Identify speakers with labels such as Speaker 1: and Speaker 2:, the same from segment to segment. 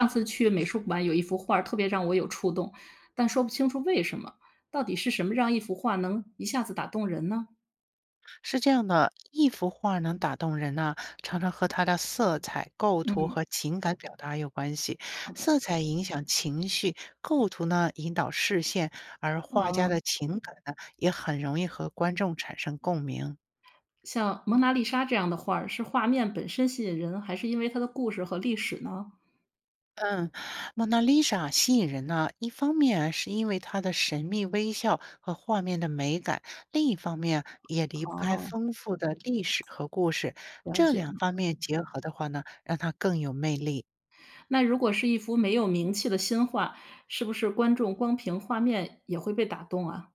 Speaker 1: 上次去美术馆有一幅画儿特别让我有触动，但说不清楚为什么。到底是什么让一幅画能一下子打动人呢？
Speaker 2: 是这样的，一幅画能打动人呢、常常和它的色彩、构图和
Speaker 1: 嗯，
Speaker 2: 情感表达有关系。
Speaker 1: 好的。
Speaker 2: 色彩影响情绪，构图呢引导视线，而画家
Speaker 1: 呃，
Speaker 2: 的情感呢也很容易和观众产生共鸣。
Speaker 1: 像《蒙娜丽莎》这样的画儿，是画面本身吸引人，还是因为它的故事和历史呢？
Speaker 2: 嗯，蒙娜丽莎吸引人呢，一方面是因为她的神秘微笑和画面的美感，另一方面也离不开
Speaker 1: 哦，
Speaker 2: 丰富的历史和故事。
Speaker 1: 了
Speaker 2: 这
Speaker 1: 解
Speaker 2: 两
Speaker 1: 了。
Speaker 2: 方面结合的话呢，让它更有魅力。
Speaker 1: 那如果是一幅没有名气的新画，是不是观众光凭画面也会被打动啊？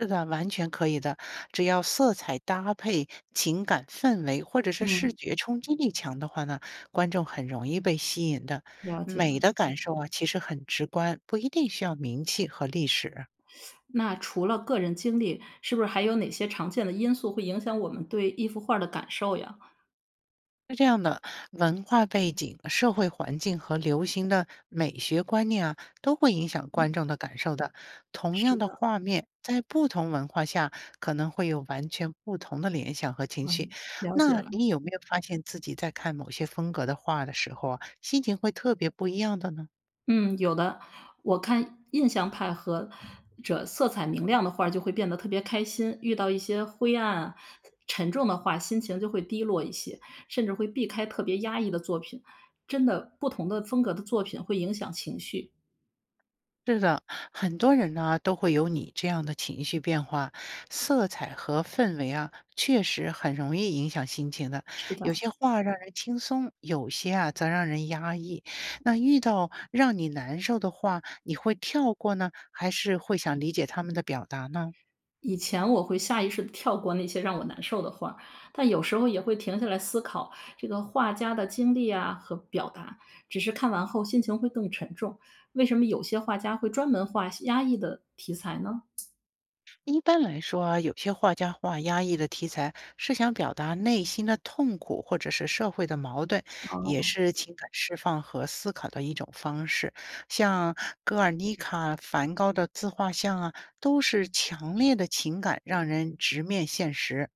Speaker 2: 是的，完全可以的。只要色彩搭配、情感氛围或者是视
Speaker 1: 嗯，
Speaker 2: 觉冲击力强的话呢，观众很容易被吸引的。
Speaker 1: 了解
Speaker 2: 美的
Speaker 1: 了。
Speaker 2: 感受啊，其实很直观，不一定需要名气和历史。
Speaker 1: 那除了个人经历，是不是还有哪些常见的因素会影响我们对一幅画儿的感受呀？
Speaker 2: 是这样的，文化背景、社会环境和流行的美学观念啊，都会影响观
Speaker 1: 嗯，
Speaker 2: 众的感受的。同样
Speaker 1: 是
Speaker 2: 的
Speaker 1: 的，
Speaker 2: 画面，在不同文化下，可能会有完全不同的联想和情绪。
Speaker 1: 嗯，了解
Speaker 2: 那
Speaker 1: 了。
Speaker 2: 你有没有发现自己在看某些风格的画的时候啊，心情会特别不一样的呢？
Speaker 1: 嗯，有的，我看印象派和这色彩明亮的画儿就会变得特别开心，遇到一些灰暗、沉重的画，心情就会低落一些，甚至会避开特别压抑的作品。真的，不同的风格的作品会影响情绪。
Speaker 2: 是的，很多人呢都会有你这样的情绪变化，色彩和氛围啊，确实很容易影响心情的。
Speaker 1: 是
Speaker 2: 有
Speaker 1: 的。
Speaker 2: 些话让人轻松，有些啊则让人压抑。那遇到让你难受的话，你会跳过呢，还是会想理解他们的表达呢？
Speaker 1: 以前我会下意识地跳过那些让我难受的画，但有时候也会停下来思考这个画家的经历啊和表达，只是看完后心情会更沉重。为什么有些画家会专门画压抑的题材呢？
Speaker 2: 一般来说啊，有些画家画压抑的题材是想表达内心的痛苦或者是社会的矛盾，也
Speaker 1: 哦，
Speaker 2: 是情感释放和思考的一种方式。像格尔尼卡、梵高的自画像啊，都是强烈的情感让人直面现实。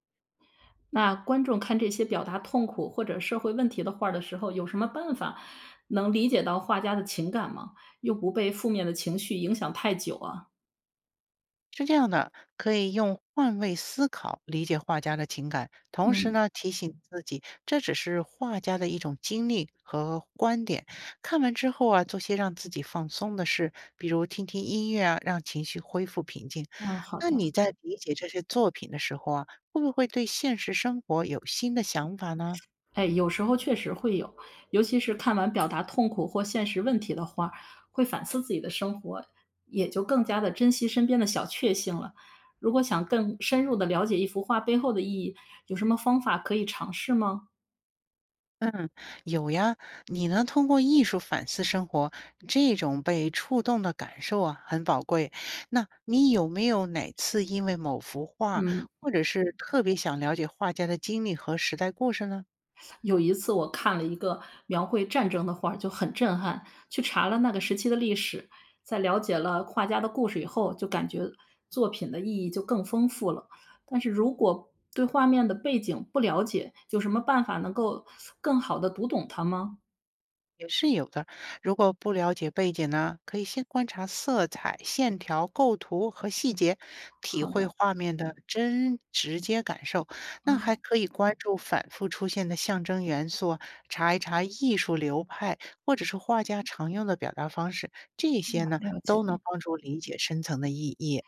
Speaker 1: 那观众看这些表达痛苦或者社会问题的画儿的时候，有什么办法能理解到画家的情感吗？又不被负面的情绪影响太久啊？
Speaker 2: 是这样的，可以用换位思考理解画家的情感，同时
Speaker 1: 嗯，
Speaker 2: 呢提醒自己，这只是画家的一种经历和观点。看完之后啊，做些让自己放松的事，比如听听音乐啊，让情绪恢复平静。
Speaker 1: 嗯，好
Speaker 2: 那你
Speaker 1: 的。
Speaker 2: 在理解这些作品的时候啊，会不会对现实生活有新的想法呢？
Speaker 1: 哎，有时候确实会有，尤其是看完表达痛苦或现实问题的画会反思自己的生活，也就更加的珍惜身边的小确幸了。如果想更深入的了解一幅画背后的意义，有什么方法可以尝试吗？
Speaker 2: 有呀，你能通过艺术反思生活，这种被触动的感受啊，很宝贵。那你有没有哪次因为某幅画，
Speaker 1: 嗯。
Speaker 2: 或者是特别想了解画家的经历和时代故事呢？
Speaker 1: 有一次我看了一个描绘战争的画儿，就很震撼。去查了那个时期的历史，在了解了画家的故事以后，就感觉作品的意义就更丰富了。但是如果对画面的背景不了解，有什么办法能够更好的读懂它吗？
Speaker 2: 也是有的。如果不了解背景呢，可以先观察色彩、线条、构图和细节，体
Speaker 1: 好
Speaker 2: 会
Speaker 1: 的，
Speaker 2: 画面的真直接感受。那还
Speaker 1: 嗯，
Speaker 2: 可以关注反复出现的象征元素啊查一查艺术流派或者是画家常用的表达方式，这些呢
Speaker 1: 了解
Speaker 2: 都
Speaker 1: 了。
Speaker 2: 能帮助理解深层的意义。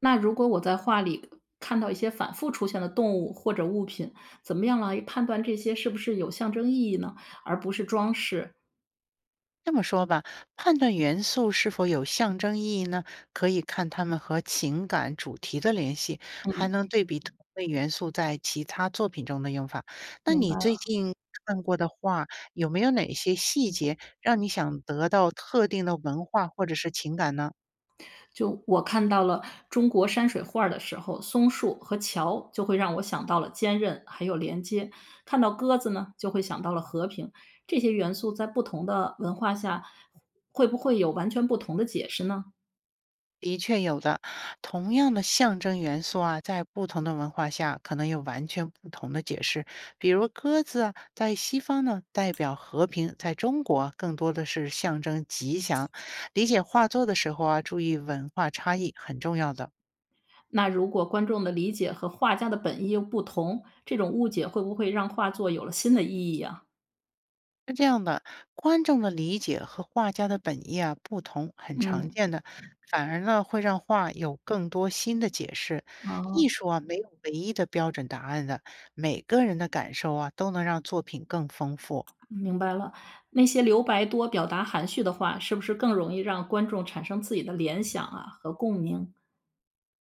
Speaker 1: 那如果我在画里看到一些反复出现的动物或者物品，怎么样来判断这些是不是有象征意义呢，而不是装饰？
Speaker 2: 这么说吧，判断元素是否有象征意义呢？可以看它们和情感主题的联系，还能对比同类元素在其他作品中的用法。那
Speaker 1: 明
Speaker 2: 你
Speaker 1: 白。
Speaker 2: 最近看过的画，有没有哪些细节让你想得到特定的文化或者是情感呢？
Speaker 1: 就我看到了中国山水画儿的时候，松树和桥就会让我想到了坚韧，还有连接；看到鸽子呢，就会想到了和平。这些元素在不同的文化下，会不会有完全不同的解释呢？
Speaker 2: 的确有的，同样的象征元素啊，在不同的文化下可能有完全不同的解释。比如鸽子啊，在西方呢代表和平，在中国啊更多的是象征吉祥。理解画作的时候啊，注意文化差异很重要的。
Speaker 1: 那如果观众的理解和画家的本意又不同，这种误解会不会让画作有了新的意义啊？
Speaker 2: 是这样的，观众的理解和画家的本意啊不同，很常
Speaker 1: 嗯，
Speaker 2: 见的，反而呢会让画有更多新的解释。艺
Speaker 1: 哦，
Speaker 2: 术啊没有唯一的标准答案的，每个人的感受啊都能让作品更丰富。
Speaker 1: 明白了。那些留白多、表达含蓄的话，是不是更容易让观众产生自己的联想啊和共鸣？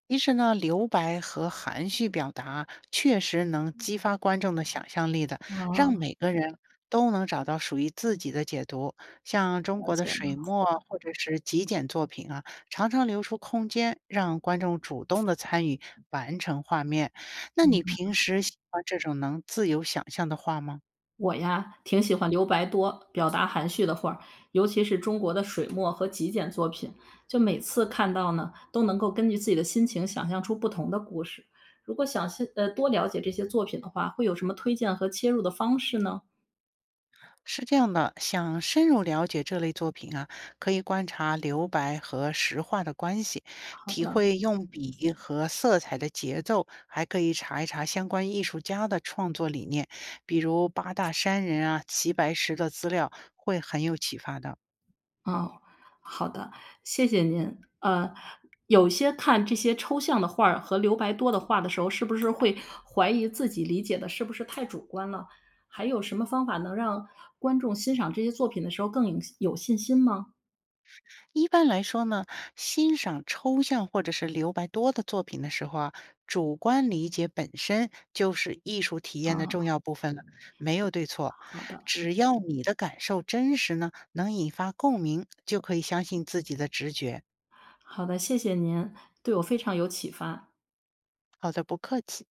Speaker 2: 其实呢，留白和含蓄表达确实能激发观众的想象力的，让
Speaker 1: 哦。
Speaker 2: 每个人都能找到属于自己的解读。像中
Speaker 1: 了
Speaker 2: 国的
Speaker 1: 解了，
Speaker 2: 水墨啊或者是极简作品啊，常常留出空间让观众主动的参与完成画面。那
Speaker 1: 明
Speaker 2: 你
Speaker 1: 白，
Speaker 2: 平时喜欢这种能自由想象的画吗？
Speaker 1: 我呀，挺喜欢留白多、表达含蓄的画儿，尤其是中国的水墨和极简作品，就每次看到呢，都能够根据自己的心情想象出不同的故事。如果想先多了解这些作品的话，会有什么推荐和切入的方式呢？
Speaker 2: 是这样的，想深入了解这类作品啊，可以观察留白和石画的关系，
Speaker 1: 好
Speaker 2: 体
Speaker 1: 的。
Speaker 2: 会用笔和色彩的节奏，还可以查一查相关艺术家的创作理念，比如八大山人啊、齐白石的资料，会很有启发的。
Speaker 1: 哦，好的，谢谢您。有些看这些抽象的画儿和留白多的画的时候，是不是会怀疑自己理解的是不是太主观了？还有什么方法能让观众欣赏这些作品的时候更有信心吗？
Speaker 2: 一般来说呢，欣赏抽象或者是留白多的作品的时候啊，主观理解本身就是艺术体验的
Speaker 1: 啊，
Speaker 2: 重要部分了，没有对错。
Speaker 1: 好的，
Speaker 2: 只要你的感受真实呢，能引发共鸣，就可以相信自己的直觉。
Speaker 1: 好的，谢谢您，对我非常有启发。
Speaker 2: 好的，不客气。